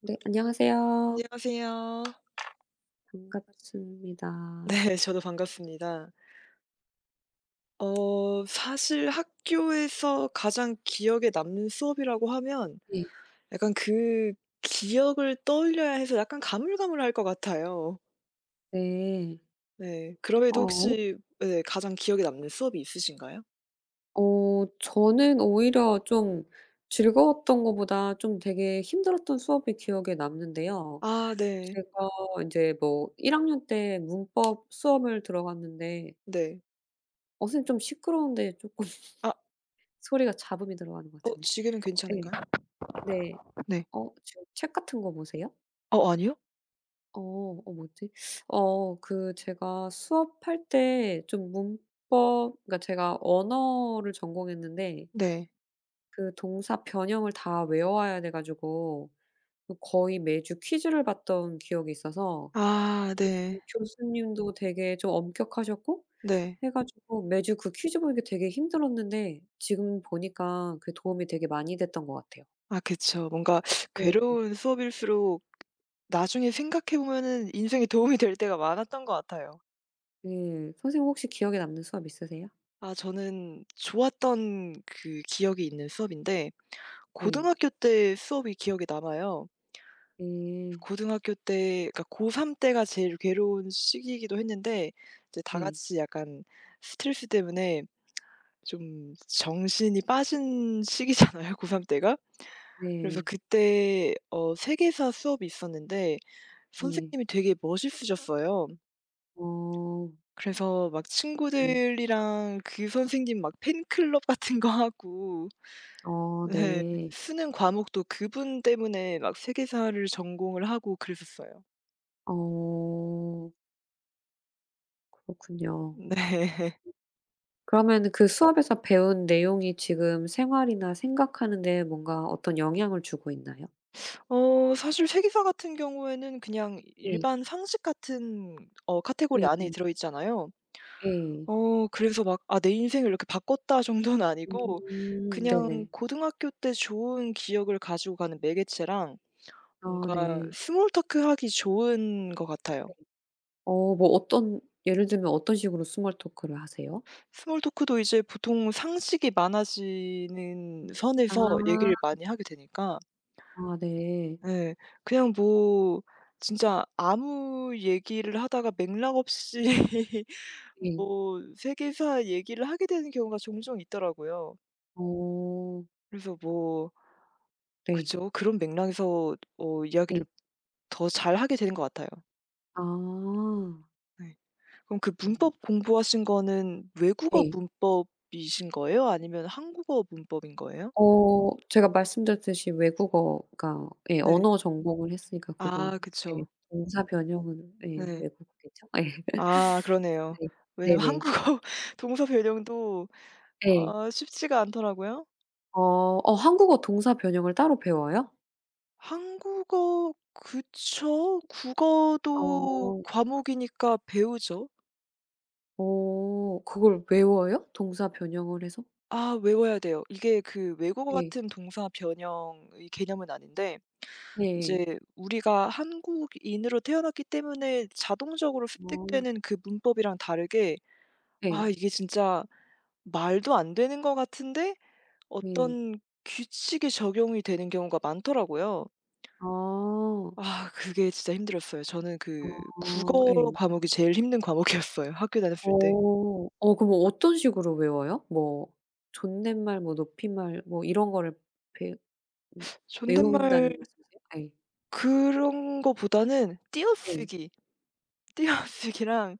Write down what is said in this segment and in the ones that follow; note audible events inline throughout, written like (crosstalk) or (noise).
네, 안녕하세요. 안녕하세요. 반갑습니다. 네, 저도 반갑습니다. 사실 학교에서 가장 기억에 남는 수업이라고 하면 네. 약간 기억을 떠올려야 해서 약간 가물가물할 것 같아요. 네. 네. 그럼에도 어, 혹시, 네, 가장 기억에 남는 수업이 있으신가요? 어 저는 오히려 좀 즐거웠던 것보다 좀 되게 힘들었던 수업이 기억에 남는데요. 아, 네. 제가 이제뭐 1 학년 때 문법 수업을 들어갔는데 네. 어 선생님 좀 시끄러운데 조금 (laughs) 아, 소리가 잡음이 들어가는 것 같은데. 지금은 네 괜찮은가요? 네. 네. 어 지금 책 같은 거 보세요? 아니요? 어. 어 뭐지? 어 그 제가 수업할 때 좀 문법, 그러니까 제가 언어를 전공했는데 네. 그 동사 변형을 다 외워야 돼 가지고 그 거의 매주 퀴즈를 봤던 기억이 있어서 아, 좀 네. 교수님도 되게 좀 엄격하셨고 네. 해 가지고 매주 그 퀴즈 보는 게 되게 힘들었는데 지금 보니까 그 도움이 되게 많이 됐던 것 같아요. 아, 그쵸. 뭔가 네. 괴로운 수업일수록 나중에 생각해 보면은 인생에 도움이 될 때가 많았던 것 같아요. 네. 선생님 혹시 기억에 남는 수업 있으세요? 아, 저는 좋았던 그 기억이 있는 수업인데 네. 고등학교 때 수업이 기억에 남아요. 네. 고등학교 때, 그러니까 고3 때가 제일 괴로운 시기이기도 했는데 이제 다 네. 같이 약간 스트레스 때문에 좀 정신이 빠진 시기잖아요, (laughs) 고3 때가. 그래서 네. 그때 세계사 수업이 있었는데 네. 선생님이 되게 멋있으셨어요. 어. 그래서 막 네. 친구들이랑 그 선생님 막 팬클럽 같은 거 하고 어 네. 네. 쓰는 과목도 그분 때문에 막 세계사를 전공을 하고 그랬었어요. 어. 그렇군요. 네. (laughs) 그러면 그 수업에서 배운 내용이 지금 생활이나 생각하는 데 뭔가 어떤 영향을 주고 있나요? 사실 세계사 같은 경우에는 그냥 예. 일반 상식 같은 카테고리 예. 안에 들어 있잖아요. 예. 그래서 막 '아, 내 인생을 이렇게 바꿨다.' 정도는 아니고 음. 그냥 네네. 고등학교 때 좋은 기억을 가지고 가는 매개체랑 아 뭔가 네. 스몰 토크하기 좋은 것 같아요. 어 뭐 어떤, 예를 들면 어떤 식으로 스몰 토크를 하세요? 스몰 토크도 이제 보통 상식이 많아지는 선에서 얘기를 아. 많이 하게 되니까 아 네. 예. 그냥 뭐 진짜 아무 얘기를 하다가 맥락 없이 (laughs) 예. 뭐 세계사 얘기를 하게 되는 경우가 종종 있더라고요. 어. 그래서 뭐 그 네. 죠 그런 맥락에서 예. 이야기를 더 잘하게 되는 것 같아요. 아. 네. 그럼 그 네. 문법 공부하신 거는 외국어 예. 문법이신 거예요? 아니면 한국어 문법인 거예요? 어 제가 말씀드렸듯이 외국어가, 예 네. 언어 전공을 했으니까 그건, 아, 예 그쵸. 동사 변형은 예 네. 외국어겠죠? 예. 아, (laughs) 그러네요. 네. 왜냐면 네네. 한국어 (laughs) 동사 변형도 예. 쉽지가 않더라고요. 어 어 한국어 동사 변형을 따로 배워요? 한국어, 그쵸. 국어도 어. 과목이니까 배우죠. 어 그걸 외워요? 동사 변형을 해서? 아, 외워야 돼요. 이게 그 외국어 예. 같은 동사 변형의 개념은 아닌데 예예. 이제 우리가 한국인으로 태어났기 때문에 자동적으로 어. 습득되는 그 문법이랑 다르게, 예. 이게 진짜 말도 안 되는 것 같은데 예. 어떤 규칙이 적용이 되는 경우가 많더라고요. 아. 아, 그게 진짜 힘들었어요. 저는 그 어 국어 예. 과목이 제일 힘든 과목이었어요, (laughs) 학교 다녔을 때. 어. 어 그럼 어떤 식으로 외워요? 뭐 존댓말 뭐 높임말 뭐 이런 거를 배, 음, 외운다는 존댓말 말씀이세요? 예. 그런 거보다는 예. 띄어쓰기랑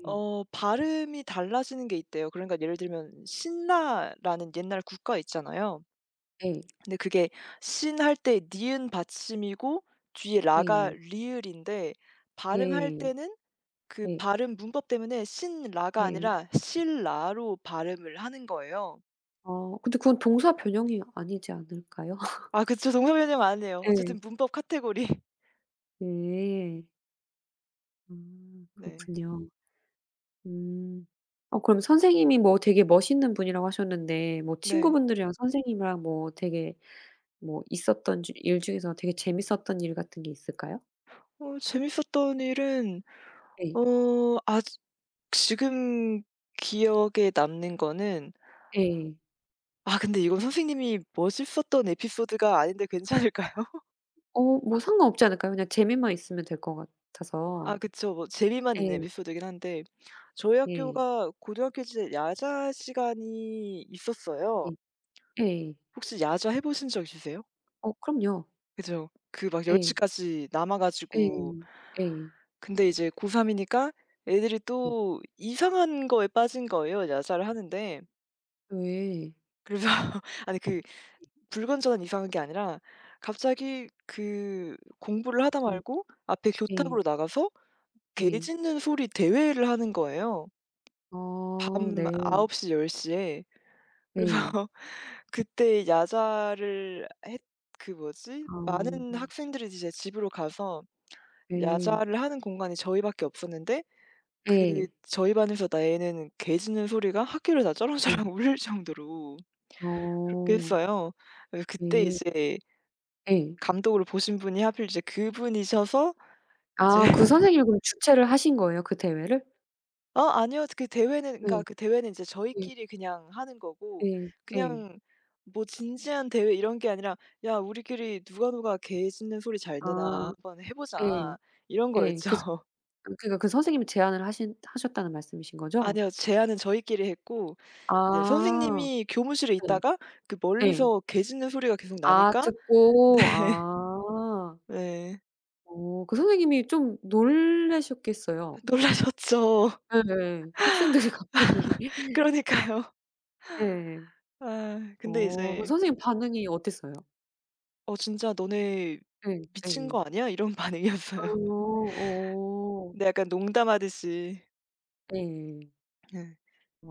예. 발음이 달라지는 게 있대요. 그러니까 예를 들면 신라라는 옛날 국가 있잖아요. 예. 근데 그게, 신 할 때 니은 받침이고 뒤에 라가 예. 리을인데, 발음할 예. 때는 그 예. 발음 문법 때문에 신라가 예. 아니라 실라로 발음을 하는 거예요. 아 근데 그건 동사 변형이 아니지 않을까요? (laughs) 아, 그쵸. 동서변형 안 해요. 예. 어쨌든 문법 카테고리. (laughs) 예. 아 네. 그렇군요. 음. 어 그럼 선생님이 뭐 되게 멋있는 분이라고 하셨는데 뭐 네. 친구분들이랑 선생님이랑 뭐 되게, 뭐 있었던 주 일 중에서 되게 재밌었던 일 같은 게 있을까요? 재밌었던 일은 예. 어 아주 지금 기억에 남는 거는, 예. 아 근데 이건 선생님이 멋있었던 에피소드가 아닌데 괜찮을까요? (laughs) 어 뭐 상관없지 않을까요? 그냥 재미만 있으면 될 것 같아서. 아, 그쵸. 뭐 재미만 있는 예. 에피소드긴 한데, 저희 예. 학교가 고등학교 시절 야자 시간이 있었어요. 예. 예. 혹시 야자 해 보신 적 있으세요? 어 그럼요. 그죠. 그 막 10 예. 시까지 남아 예. 가지고, 예. 근데 이제 고3 이니까 애들이 예. 또 이상한 거에 빠진 거예요, 야자를 하는데. 예. 그래서 (laughs) 아니, 불건전한 이상한 게 아니라 갑자기 그 공부를 하다 네. 말고 앞에 예. 교탁으로 나가서 개 예. 짖는 소리 대회를 하는 거예요. 아 밤9 네. 홉시1 0 에. 그래서 네. (laughs) 그때 야자를 했 그 뭐지? 아 많은 학생들이 이제 집으로 가서 네. 야자를 하는 공간이 저희밖에 없었는데 그 예. 저희 반에서 나 애는 개 짖는 소리가 학교를 다 예. 쩌렁쩌렁 (laughs) 울릴 정도로 그렇게 어 했어요. 그래서 그때 네. 이제 예. 감독으로 보신 분이 하필 이제 그분이셔서, 이제 아 그 (laughs) 선생님이 그럼 주최를 하신 거예요, 그 대회를? "어, 아니요. 그 대회는." 예. 그러니까 그 대회는 이제 예. 저희끼리 그냥 하는 거고, 예. 예. 그냥 뭐 진지한 대회 이런 게 아니라 "야, 우리끼리 누가 누가 개 짖는 소리 잘 아 내나 한번 해 예. 보자." 이런 예. 거였죠. 그래서 (laughs) 그러니까 그 선생님이 제안을 하신, 하셨다는 말씀이신 거죠? 아니요. 제안은 저희끼리 했고 네. 아. 선생님이 교무실에 있다가 네. 그 예. 멀리서 개 짖는 소리가 계속 아 나니까 네. 듣고 (laughs) 아. 네. 어 그 선생님이 좀 놀라셨겠어요. 놀라셨죠. 예예. 학생들이 (laughs) 갑자기 그러니까요. 예. 아 근데 어 그 이제 선생님 반응이 어땠어요? "어, 진짜 너네 예. 미친 예. 거 아니야?" 이런 (laughs) 반응이었어요. 어. 어. 네, 약간 농담하듯이. 예. 네.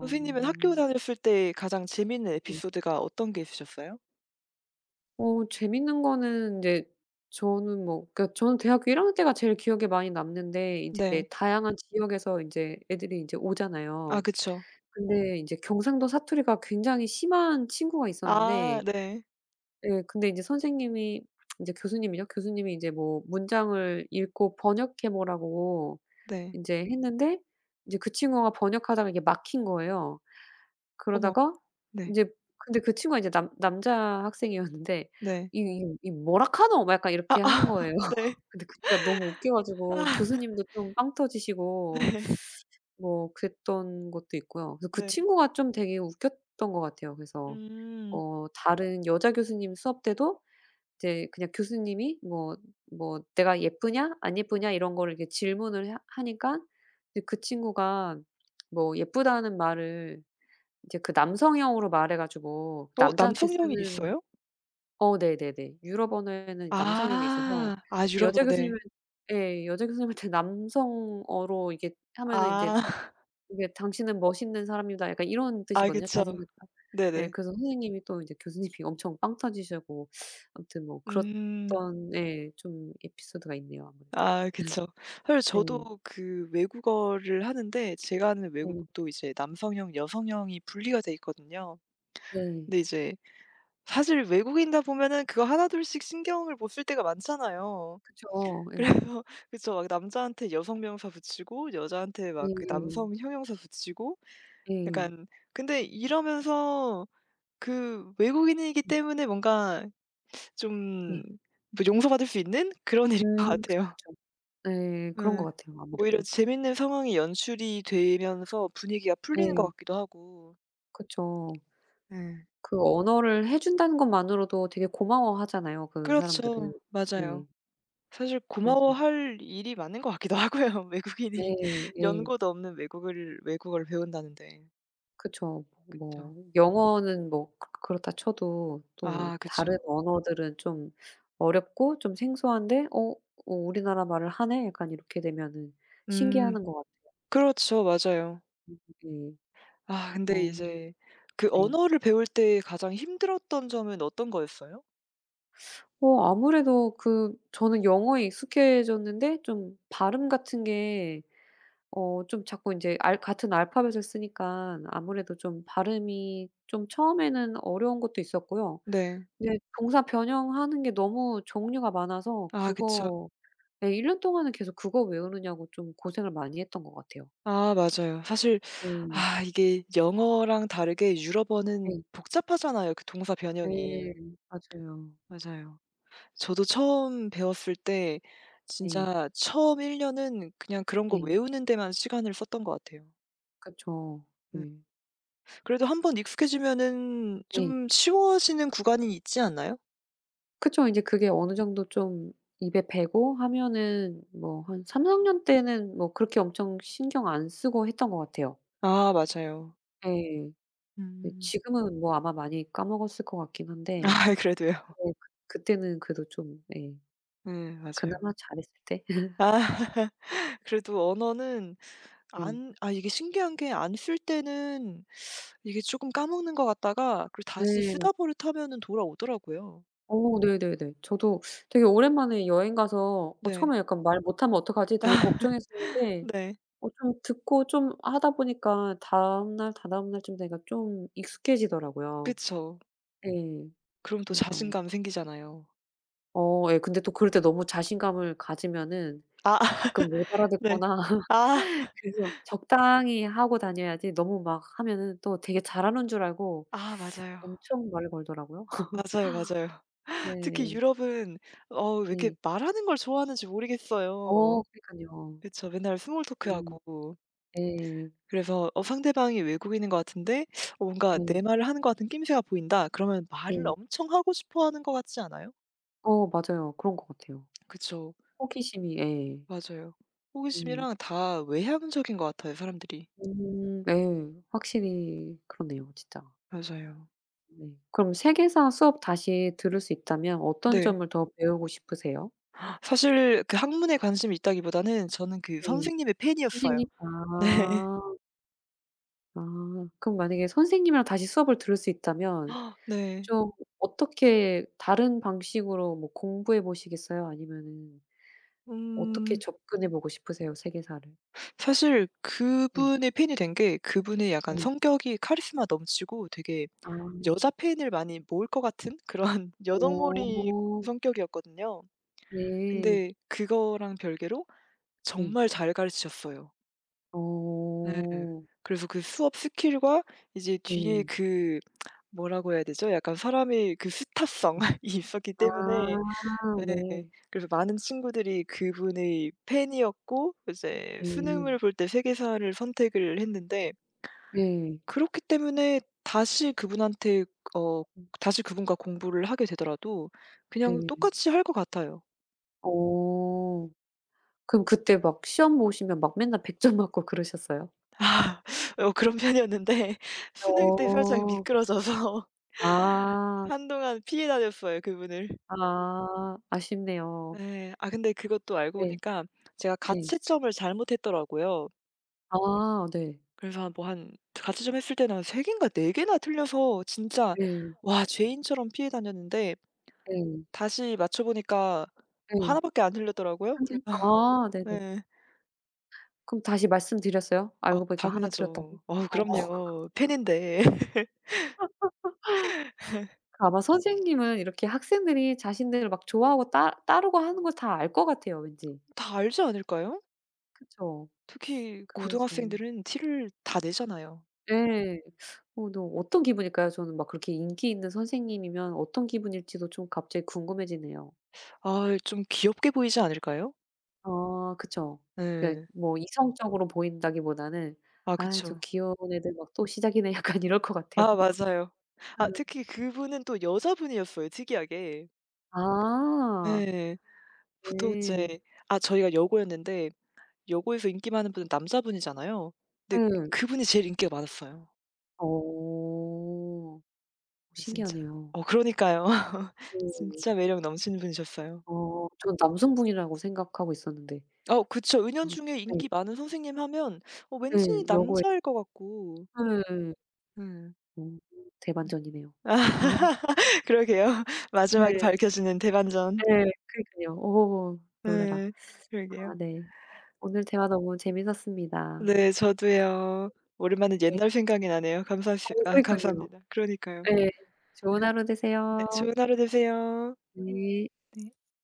선생님은 학교 다녔을 때 가장 재미있는 네. 에피소드가 어떤 게 있으셨어요? 어 재밌는 거는 인제, 저는 뭐, 그러니까 저는 대학교 1 학년 때가 제일 기억에 많이 남는데 인제 네. 다양한 지역에서 인제 애들이 인제 아, 오잖아요. 그쵸. 근데 인제 경상도 사투리가 굉장히 심한 친구가 아, 있었는데 네. 예. 근데 이제 선생님이, 이제 교수님이죠. 교수님이 이제 뭐 문장을 읽고 번역해 보라고 네. 인제 했는데 이제 그 친구가 번역하다가 이게 막힌 거예요. 어머. 그러다가 네. 인제, 근데 그 친구가 이제 남 남자 학생이었는데 네. "이 이 이 뭐라 카노?" 막 약간 이렇게 아아 한 거예요. (laughs) 네. (laughs) 근데 그때가 너무 웃겨 가지고 아, 교수님도 좀 빵 터지시고 네. 뭐 그랬던 것도 있고요. 그래서 그 네. 친구가 좀 되게 웃겼던 것 같아요. 그래서 음. 어 다른 여자 교수님 수업 때도 이제 그냥 교수님이 뭐 뭐 "내가 예쁘냐? 안 예쁘냐?" 이런 거를 이렇게 질문을 하 하니까 이제 그 친구가 뭐 예쁘다는 말을 이제 그 남성형으로 말해 가지고, 남자한테 남성형이 쓰는, 있어요? 어 네네네. 유럽 언어에는 남성형이 있어서 아. 아, 여자 유럽어, 네. 교수님은, 예 여자 교수님한테 남성어로 이게 하면은 이제 아. (laughs) 이게 "당신은 멋있는 사람이다." 약간 이런 아, 뜻이거든요. 그쵸. 잘생겼다. 예 네네. 그래서 선생님이 또 이제 교수님이 엄청 빵 터지시고 아무튼 뭐 음. 그랬던, 예 좀 에피소드가 있네요 아무래도. 아, 음, 그쵸. 사실 네. 저도 그 외국어를 하는데 제가 하는 네. 외국어도 이제 남성형, 여성형이 분리가 돼 있거든요. 네. 근데 이제 사실 외국인이다 보면은 그거 하나둘씩 신경을 못 쓸 때가 많잖아요. 그쵸. 예. (laughs) 그래서, 그쵸, 막 남자한테 여성 명사 붙이고 여자한테 막 그 남성 예. 형용사 붙이고 예. 약간, 근데 이러면서 그 외국인이기 때문에 뭔가 좀 예. 뭐 용서받을 수 있는 그런 (laughs) 일인 것 그쵸, 같아요. 그쵸. 예. 그런 것 예. 같아요 오히려 아무래도. 재밌는 상황이 연출이 되면서 분위기가 풀리는 것 예. 같기도 하고. 그쵸. 예. 그 언어를 해 준다는 것만으로도 되게 고마워하잖아요 그 사람들은. 그렇죠, 예. 맞아요. 사실 그래서 고마워할 일이 많은 것 같기도 (laughs) 하고요. 외국인이 예. 예. 연고도 없는 외국을 외국어를 배운다는데. 그쵸. 그쵸. 뭐 영어는 뭐 그 그렇다 쳐도 또 아, 다른 그쵸. 언어들은 좀 어렵고 좀 생소한데 '어 어 우리나라 말을 하네.' 약간 이렇게 되면은 신기하 음. 는 것 그렇죠, 맞아요. 같은데, 아 근데 어 이제, 그 네. 언어를 배울 때 가장 힘들었던 점은 어떤 거였어요? 어 아무래도 그 저는 영어에 익숙해졌는데 좀 발음 같은 게 어 좀 자꾸 이제 알 같은 알파벳을 쓰니까 아무래도 좀 발음이 좀 처음에는 어려운 것도 있었고요. 네. 네. 동사 변형하는 게 너무 종류가 많아서 아, 그쵸. 그거 예 1 년 동안은 계속 그거 외우느냐고 좀 고생을 많이 했던 것 같아요. 아, 맞아요. 사실 네. 이게 영어랑 다르게 유럽어는 네. 복잡하잖아요, 그 동사 네. 변형이. 맞아요. 맞아요. 저도 처음 배웠을 때 네. 진짜 처음 1 년은 그냥 그런 거 네. 외우는 데만 시간을 썼던 것 같아요. 그쵸. 음. 네. 그래도 한 번 익숙해지면은 네. 좀 쉬워지는 구간이 있지 않나요? 그쵸. 인제 그게 어느 정도 좀 입에 배고 하면은 뭐 한 3~4년 때는 뭐 그렇게 엄청 신경 안 쓰고 했던 것 같아요. 아, 맞아요. 예. 네 음. 지금은 뭐 아마 많이 까먹었을 것 같긴 (laughs) 한데 아, 그래도요. 네 그 그때는 그래도 좀 예 네, 맞아요. 그나마 잘했을 때? 아 그래도 언어는, 네. 안 아 이게 신기한 게 안 쓸 때는 이게 쪼끔 까먹는 것 같다가 그리고 다시 네 맞아요. 쓰다보를 타면은 돌아오더라고요. 어 네네네. 저도 되게 오랜만에 여행 가서 어 네. 처음에 약간 말 못하면 어떡하지 되게 걱정했었는데 네. 어 좀 듣고 좀 하다 보니까 다음날 다다음 날쯤 되니까 좀 익숙해지더라고요. 그쵸. 예. 그럼 또 그래서 자신감 생기잖아요. 어 예 근데 또 그럴 때 너무 자신감을 가지면은 아 가끔 못 (laughs) 네. 알아듣거나 아. (laughs) 그래서 적당히 하고 다녀야지, 너무 막 하면은 또 되게 잘하는 줄 알고 아, 맞아요. 엄청 말을 걸더라고요. (laughs) 맞아요, 맞아요. 특히 네. 유럽은 왜 이렇게 네. 말하는 걸 좋아하는지 어 모르겠어요. 그니깐요. 그쵸. 맨날 스몰 예. 토크하고. 예. 그래서, 상대방이 외국인인 것 같은데, 뭔가 예. 내 말을 하는 것 같은 낌새가 보인다, 그러면 말을 예. 엄청 하고 싶어 하는 것 같지 않아요? 어 맞아요. 그런 것 같아요. 그쵸. 호기심이 예. 맞아요. 예. 호기심이랑 다 외향적인 것 같아요, 사람들이. 예. 확실히 그러네요 진짜. 맞아요. 네. 그럼 세계사 수업 다시 들을 수 있다면 어떤 네. 점을 더 배우고 싶으세요? 사실 그 학문에 관심이 있다기보다는 저는 그 네. 선생님의 선생님 팬이었어요. 아. 네. 아. 그럼 만약에 선생님이랑 다시 수업을 들을 수 있다면 (laughs) 네. 좀 어떻게 다른 방식으로 뭐 공부해 보시겠어요? 아니면은 어떻게 음. 접근해 보고 싶으세요 세계사를? 사실 네. 그분의 팬이 된 게 그분의 약간 네. 성격이 카리스마 넘치고 되게 아. 여자 팬을 많이 모을 것 같은 그런 (laughs) 여덕머리 어 성격이었거든요. 네. 근데 그거랑 별개로 네. 정말 잘 가르치셨어요. 네. 어. 그래서 그 수업 스킬과 이제 뒤에 네. 그, 뭐라고 해야 되죠? 약간 사람의 그 스타성이 네. (laughs) 있었기 아 때문에 네, 네. 그래서 많은 친구들이 그분의 팬이었고 이제 네. 수능을 볼 때 세계사를 선택을 했는데, 네. 그렇기 때문에 다시 그분한테 어 음 다시 그분과 공부를 하게 되더라도 그냥 네. 똑같이 할 것 같아요. 어. 그럼 그때 막 시험 보시면 막 맨날 100 점 맞고 그러셨어요? 아 (laughs) 그런 편이었는데 (laughs) 수능 때 살짝 어. 미끄러져서 아. (laughs) 한동안 피해 다녔어요, 그분을. 아. 아쉽네요. 네. 아 근데 그것도 알고 네. 보니까 제가 네. 가채점을 잘못했더라고요. 아 네. 그래서 한 가채점 했을 때는 한 3 개인가 4 개나 틀려서 진짜 네. 와, 죄인처럼 피해 다녔는데 네. 다시 맞춰 보니까 하 네. 나 밖에 안 틀렸더라고요. 한지 그래서 (laughs) 아 네네. 네. 그럼 다시 말씀드렸어요? 아, 알고 보니까 하나 틀렸다고? 당연하죠. 어, 어. 그럼요. 팬인데. (laughs) 아마 선생님은 이렇게 학생들이 자신들을 막 좋아하고 따 따르고 하는 걸 다 알 것 같아요 왠지. 다 알지 않을까요? 그쵸. 특히 그래서 고등학생들은 티를 다 내잖아요. 예. 어 너 어떤 기분일까요? 저는 막 그렇게 인기 있는 선생님이면 어떤 기분일지도 좀 갑자기 궁금해지네요. 아, 좀 귀엽게 보이지 않을까요? 아 그쵸. 그러니까 네. 뭐 이성적으로 보인다기보다는 아, '아 저 그쵸. 귀여운 애들 막 또 시작이네.' (laughs) 약간 이럴 것 같아요. 아, 맞아요. 아, (laughs) 특히 그분은 또 여자분이었어요, 특이하게. 아. 예. 보통 네. 이제, 아, 저희가 여고였는데, 여고에서 인기 많은 분은 남자분이잖아요. 근데 예. 그분이 제일 인기가 많았어요. 어. 아, 진짜. 신기하네요. 그러니까요. (laughs) 네. 진짜 매력 넘치는 분이셨어요. 어 전 남성분이라고 생각하고 있었는데. 그쵸. 어 은연중에 네. 인기 많은 선생님 하면 왠지 예. 여고에 남자일 것 같고. 예. 음. 어 (laughs) 음. 대반전이네요. 아, (laughs) 아 그러게요. (laughs) 마지막에 네. 밝혀지는 대반전. 예. 그니깐요. 어 놀래라. 예. 그러게요. 아 네. 오늘 대화 너무 재밌었습니다. 네, 저도요. 오랜만에 네. 옛날 생각이 나네요. 어 그러니깐요. 감사합니다. 그러니까요. 예. 좋은 하루 네, 되세요. 좋은 하루 되세요. 네. 네.